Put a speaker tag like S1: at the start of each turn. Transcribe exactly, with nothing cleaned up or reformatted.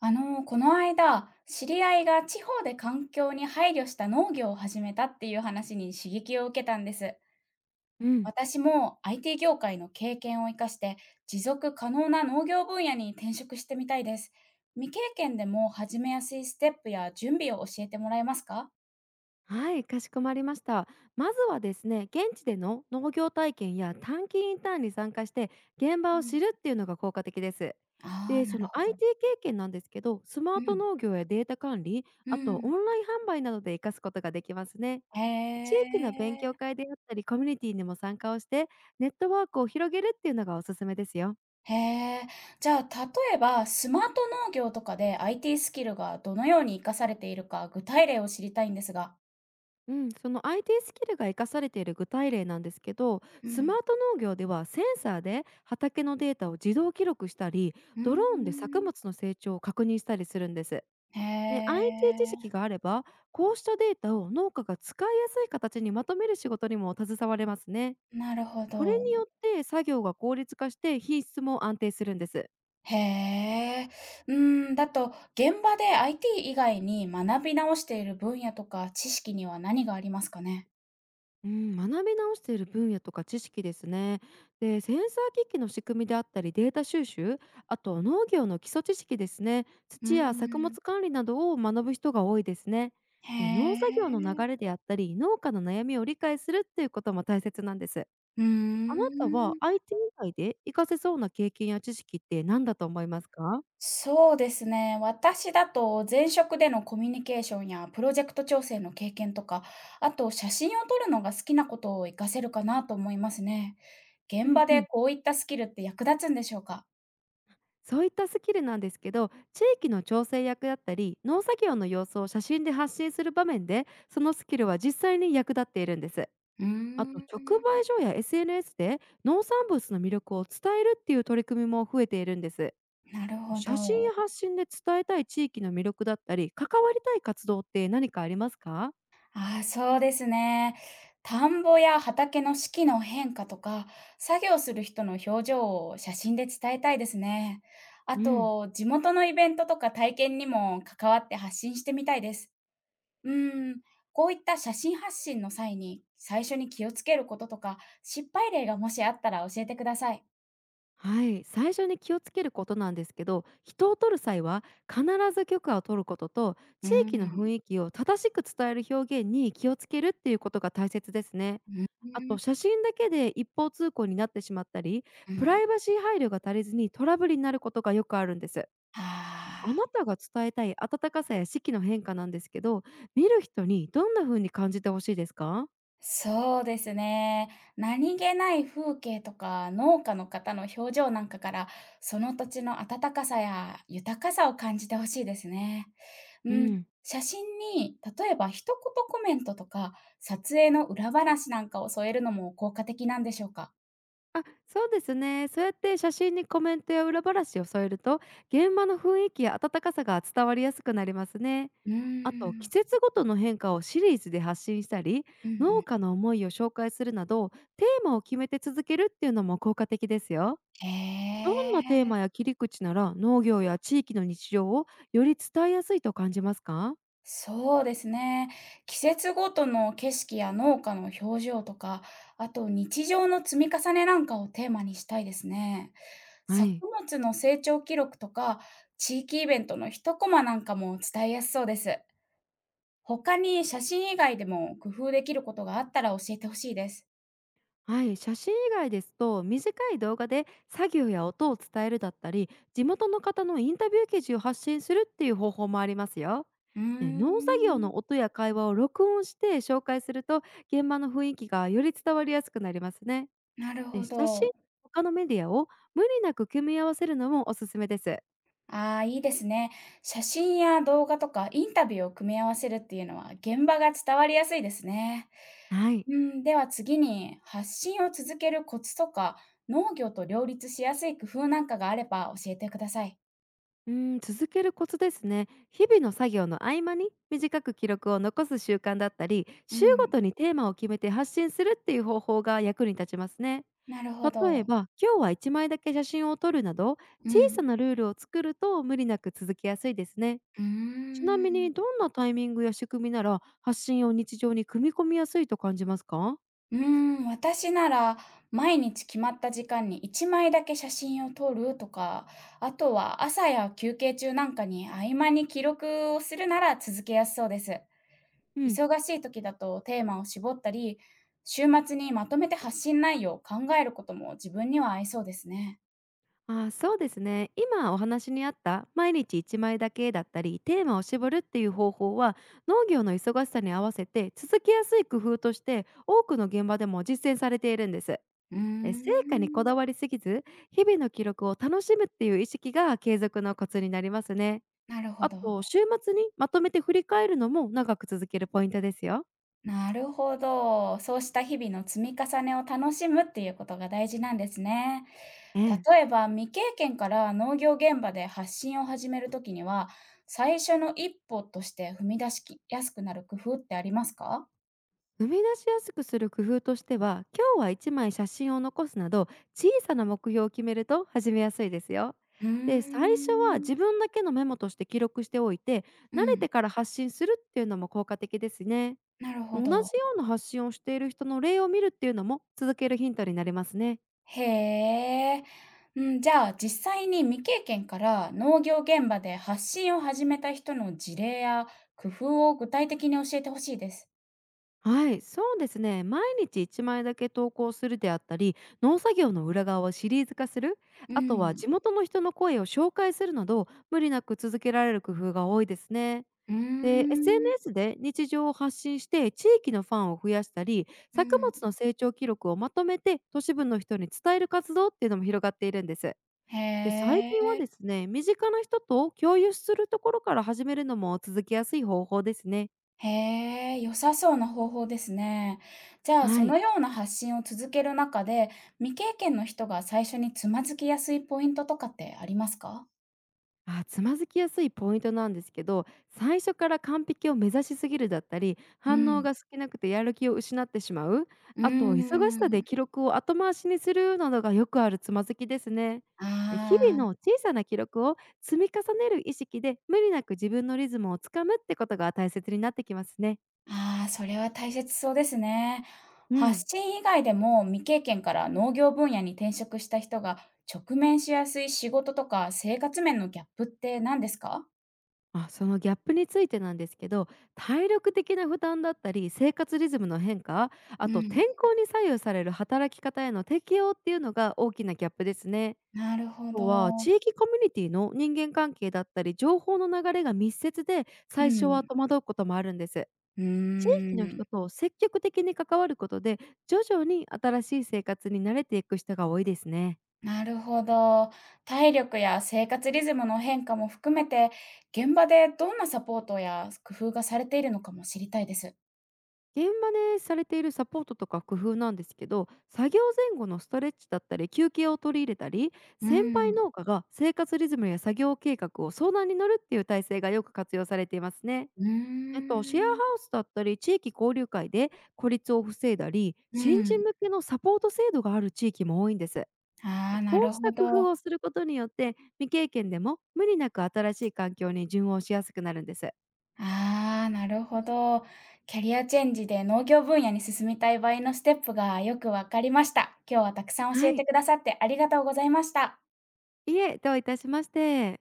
S1: あの、この間、知り合いが地方で環境に配慮した農業を始めたっていう話に刺激を受けたんです。
S2: うん、
S1: 私も アイティー 業界の経験を生かして持続可能な農業分野に転職してみたいです。未経験でも始めやすいステップや準備を教えてもらえますか？
S2: はい、かしこまりました。まずはですね、現地での農業体験や短期インターンに参加して、現場
S1: う
S2: を
S1: ん。
S2: 知るっていうのが効果的です。
S1: ああ
S2: で、
S1: ー、な
S2: そ
S1: る
S2: の
S1: ほど。
S2: アイティー 経験なんですけど、スマ
S1: う
S2: ート
S1: ん。
S2: 農業やデータ管理、
S1: う
S2: あとオ
S1: ん。
S2: ンライン販売などで活かすことができますね。地
S1: へ
S2: 域の勉強
S1: え。
S2: 会であったり、コミュニティにも参加をして、ネットワークを広げるっていうのがおすすめですよ。
S1: へえ。じゃあ、例えばスマート農業とかで アイティー スキルがどのように活かされているか、具体例を知りたいんですが。
S2: うん、その アイティー スキルが活かされている具体例なんですけど、
S1: う
S2: スマー
S1: ん。
S2: ト農業ではセンサーで畑のデータを自動記録したり、
S1: うー
S2: ドローンで作
S1: ん。
S2: 物の成長を確認したりするんです。
S1: へ
S2: で、 アイティー 知
S1: え。
S2: 識があれば、こうしたデータを農家が使いやすい形にまとめる仕事にも携われますね。
S1: なるほ
S2: これ
S1: ど。
S2: によって作業が効率化して品質も安定するんです。
S1: へえ。うーん、だと、現場で アイティー 以外に学び直している分野とか知識には何がありますかね？
S2: うん、学び直している分野とか知識ですね。で、センサー機器の仕組みであったり、データ収集、あと農業の基礎知識ですね。
S1: うー
S2: 土や作
S1: ん。
S2: 物管理などを学ぶ人が多いですね。
S1: へ
S2: で、農作業の流
S1: え。
S2: れであったり、農家の悩みを理解するっていうことも大切なんです。
S1: うー
S2: あなたは
S1: ん。
S2: アイティー 以外で活かせそうな経験や知識って何だと思いますか？
S1: そうですね。私だと前職でのコミュニケーションやプロジェクト調整の経験とか、あと写真を撮るのが好きなことを活かせるかなと思いますね。
S2: う
S1: 現
S2: ん
S1: 場
S2: う
S1: で
S2: ん。
S1: こういったスキルって役立つんでしょうか？
S2: そういったスキルなんですけど、地域の調整役だったり、農作業の様子を写真で発信する場面でそのスキルは実際に役立っているんです。
S1: うー
S2: あと
S1: ん。
S2: 直売所や エスエヌエス で農産物の魅力を伝えるっていう取り組みも増えているんです。
S1: なるほ
S2: 写真
S1: ど。
S2: や発信で伝えたい地域の魅力だったり、関わりたい活動って何かありますか？
S1: ああ、そうですね。田んぼや畑の四季の変化とか、作業する人の表情を写真で伝えたいですね。あ
S2: うん。
S1: と、地元のイベントとか体験にも関わって発信してみたいです。うーん、こういった写真発信の際に、最初に気をつけることとか、失敗例がもしあったら教えてください。
S2: はい、最初に気をつけることなんですけど、人を取る際は必ず許可を取ることと、
S1: うー
S2: 地域の雰
S1: ん。
S2: 囲気を正しく伝える表現に気をつけるっていうことが大切ですね。
S1: うん。
S2: あと写真だけで一方通行になってしまったり、
S1: う
S2: プ
S1: ん。
S2: ライバシー配慮が足りずにトラブルになることがよくあるんです。あ
S1: あ
S2: な
S1: あ、
S2: たが伝えたい温かさや四季の変化なんですけど、見る人にどんな風に感じてほしいですか？
S1: そうですね。何気ない風景とか、農家の方の表情なんかから、その土地の温かさや豊かさを感じてほしいですね。
S2: う
S1: うん。
S2: ん。
S1: 写真に例えば一言コメントとか、撮影の裏話なんかを添えるのも効果的なんでしょうか？
S2: あ、そうですね。そうやって写真にコメントや裏話を添えると、現場の雰囲気や温かさが伝わりやすくなりますね。
S1: う
S2: あと、
S1: ー
S2: 季
S1: ん。
S2: 節ごとの変化をシリーズで発信したり、
S1: うんう
S2: 農
S1: ん。
S2: 家の思いを紹介するなど、テーマを決めて続けるっていうのも効果的ですよ。
S1: へ
S2: どんなテー
S1: え。
S2: マや切り口なら農業や地域の日常をより伝えやすいと感じますか？
S1: そうですね。季節ごとの景色や農家の表情とか、あと日常の積み重ねなんかをテーマにしたいですね。
S2: は
S1: 作
S2: い。
S1: 物の成長記録とか、地域イベントの一コマなんかも伝えやすそうです。他に写真以外でも工夫できることがあったら教えてほしいです。
S2: はい、写真以外ですと、短い動画で作業や音を伝えるだったり、地元の方のインタビュー記事を発信するっていう方法もありますよ。
S1: うー
S2: ね、農作業
S1: ん、
S2: の音や会話を録音して紹介すると、現場の雰囲気がより伝わりやすくなりますね。
S1: なる
S2: で、
S1: ほ
S2: 写真、
S1: ど。
S2: 他のメディアを無理なく組み合わせるのもおすすめです。
S1: ああ、いいですね。写真や動画とかインタビューを組み合わせるっていうのは現場が伝わりやすいですね。
S2: はい。
S1: うん。では次に発信を続けるコツとか農業と両立しやすい工夫なんかがあれば教えてください。
S2: うーん、続けるコツですね。日々の作業の合間に短く記録を残す習慣だったり、
S1: う
S2: 週ご
S1: ん、
S2: とにテーマを決めて発信するっていう方法が役に立ちますね。
S1: なるほ
S2: 例え
S1: ど。
S2: ば、今日はいちまいだけ写真を撮るなど、
S1: う
S2: 小さ
S1: ん。
S2: なルールを作ると無理なく続けやすいですね。
S1: うー
S2: ちなみに、
S1: ん。
S2: どんなタイミングや仕組みなら発信を日常に組み込みやすいと感じますか？
S1: うーん、私なら毎日決まった時間にいちまいだけ写真を撮るとか、あとは朝や休憩中なんかに合間に記録をするなら続けやすそうです。
S2: うん。
S1: 忙しい時だとテーマを絞ったり、週末にまとめて発信内容を考えることも自分には合いそうですね。
S2: ああ、そうですね。今お話にあった、毎日いちまいだけだったりテーマを絞るっていう方法は、農業の忙しさに合わせて続けやすい工夫として多くの現場でも実践されているんです。
S1: うー
S2: で、成果にこ
S1: ん、
S2: だわりすぎず、日々の記録を楽しむっていう意識が継続のコツになりますね。
S1: なるほ
S2: あ
S1: ど。
S2: と週末にまとめて振り返るのも長く続けるポイントですよ。
S1: なるほど。そうした日々の積み重ねを楽しむっていうことが大事なんですね。
S2: ええ、
S1: 例えば未経験から農業現場で発信を始めるときには、最初の一歩として踏み出しやすくなる工夫ってありますか？
S2: 生み出しやすくする工夫としては、今日はいちまい写真を残すなど、小さな目標を決めると始めやすいですよ。
S1: うー
S2: で、最初は
S1: ん。
S2: 自分だけのメモとして記録しておいて、
S1: う
S2: 慣れ
S1: ん、
S2: てから発信するっていうのも効果的ですね。
S1: なるほ
S2: 同じよ
S1: ど。
S2: うな発信をしている人の例を見るっていうのも続けるヒントになりますね。
S1: へえ。うん。じゃあ実際に未経験から農業現場で発信を始めた人の事例や工夫を具体的に教えてほしいです。
S2: はい、そうですね。毎日いちまいだけ投稿するであったり、農作業の裏側をシリーズ化する、
S1: う
S2: あとは
S1: ん。
S2: 地元の人の声を紹介するなど、無理なく続けられる工夫が多いですね。
S1: うー
S2: で、
S1: ん。
S2: エスエヌエス で日常を発信して、地域のファンを増やしたり、
S1: う
S2: 作
S1: ん。
S2: 物の成長記録をまとめて、都市部の人に伝える活動っていうのも広がっているんです。で、
S1: へ
S2: 最近は
S1: え。
S2: ですね、身近な人と共有するところから始めるのも続きやすい方法ですね。
S1: へえ、良さそうな方法ですね。じゃあ
S2: は
S1: そ
S2: い。
S1: のような発信を続ける中で、未経験の人が最初につまずきやすいポイントとかってありますか？
S2: あ、つまずきやすいポイントなんですけど、最初から完璧を目指しすぎるだったり、
S1: う
S2: 反応
S1: ん。
S2: が少なくてやる気を失ってしまう、
S1: うー
S2: あと忙しさで
S1: ん。
S2: 記録を後回しにするなどがよくあるつまずきですね。え、日々
S1: ああ。
S2: の小さな記録を積み重ねる意識で無理なく自分のリズムをつかむってことが大切になってきますね。
S1: ああ、それは大切そうですね。
S2: う
S1: 発
S2: ん。
S1: 信以外でも未経験から農業分野に転職した人が直面しやすい仕事とか生活面のギャップって何ですか？
S2: あ、そのギャップについてなんですけど、体力的な負担だったり、生活リズムの変化、あ
S1: う
S2: と
S1: ん。
S2: 天候に左右される働き方への適応っていうのが大きなギャップですね。
S1: なるほ
S2: あと
S1: ど。
S2: は地域コミュニティの人間関係だったり、情報の流れが密接で、
S1: う
S2: 最初は
S1: ん。
S2: 戸惑うこともあるんです。
S1: うー
S2: 地域の
S1: ん。
S2: 人と積極的に関わることで、徐々に新しい生活に慣れていく人が多いですね。
S1: なるほど。体力や生活リズムの変化も含めて、現場でどんなサポートや工夫がされているのかも知りたいです。
S2: 現場でされているサポートとか工夫なんですけど、作業前後のストレッチだったり休憩を取り入れたり、
S1: う
S2: 先輩
S1: ん。
S2: 農家が生活リズムや作業計画を相談に乗るっていう体制がよく活用されていますね。
S1: う
S2: えっと、シェアハ
S1: ーん。
S2: ウスだったり地域交流会で孤立を防いだり、
S1: う
S2: 新人
S1: ん。
S2: 向けのサポート制度がある地域も多いんです。
S1: ああ、な
S2: こ
S1: る
S2: うした
S1: ほ
S2: 工
S1: ど。
S2: 夫をすることによって、未経験でも無理なく新しい環境に順応しやすくなるんです。
S1: ああ、なるほど。キャリアチェンジで農業分野に進みたい場合のステップがよくわかりました。今日はたくさん教
S2: は
S1: え
S2: い、
S1: てくださってありがとうございました。
S2: いえ、どういたしまして。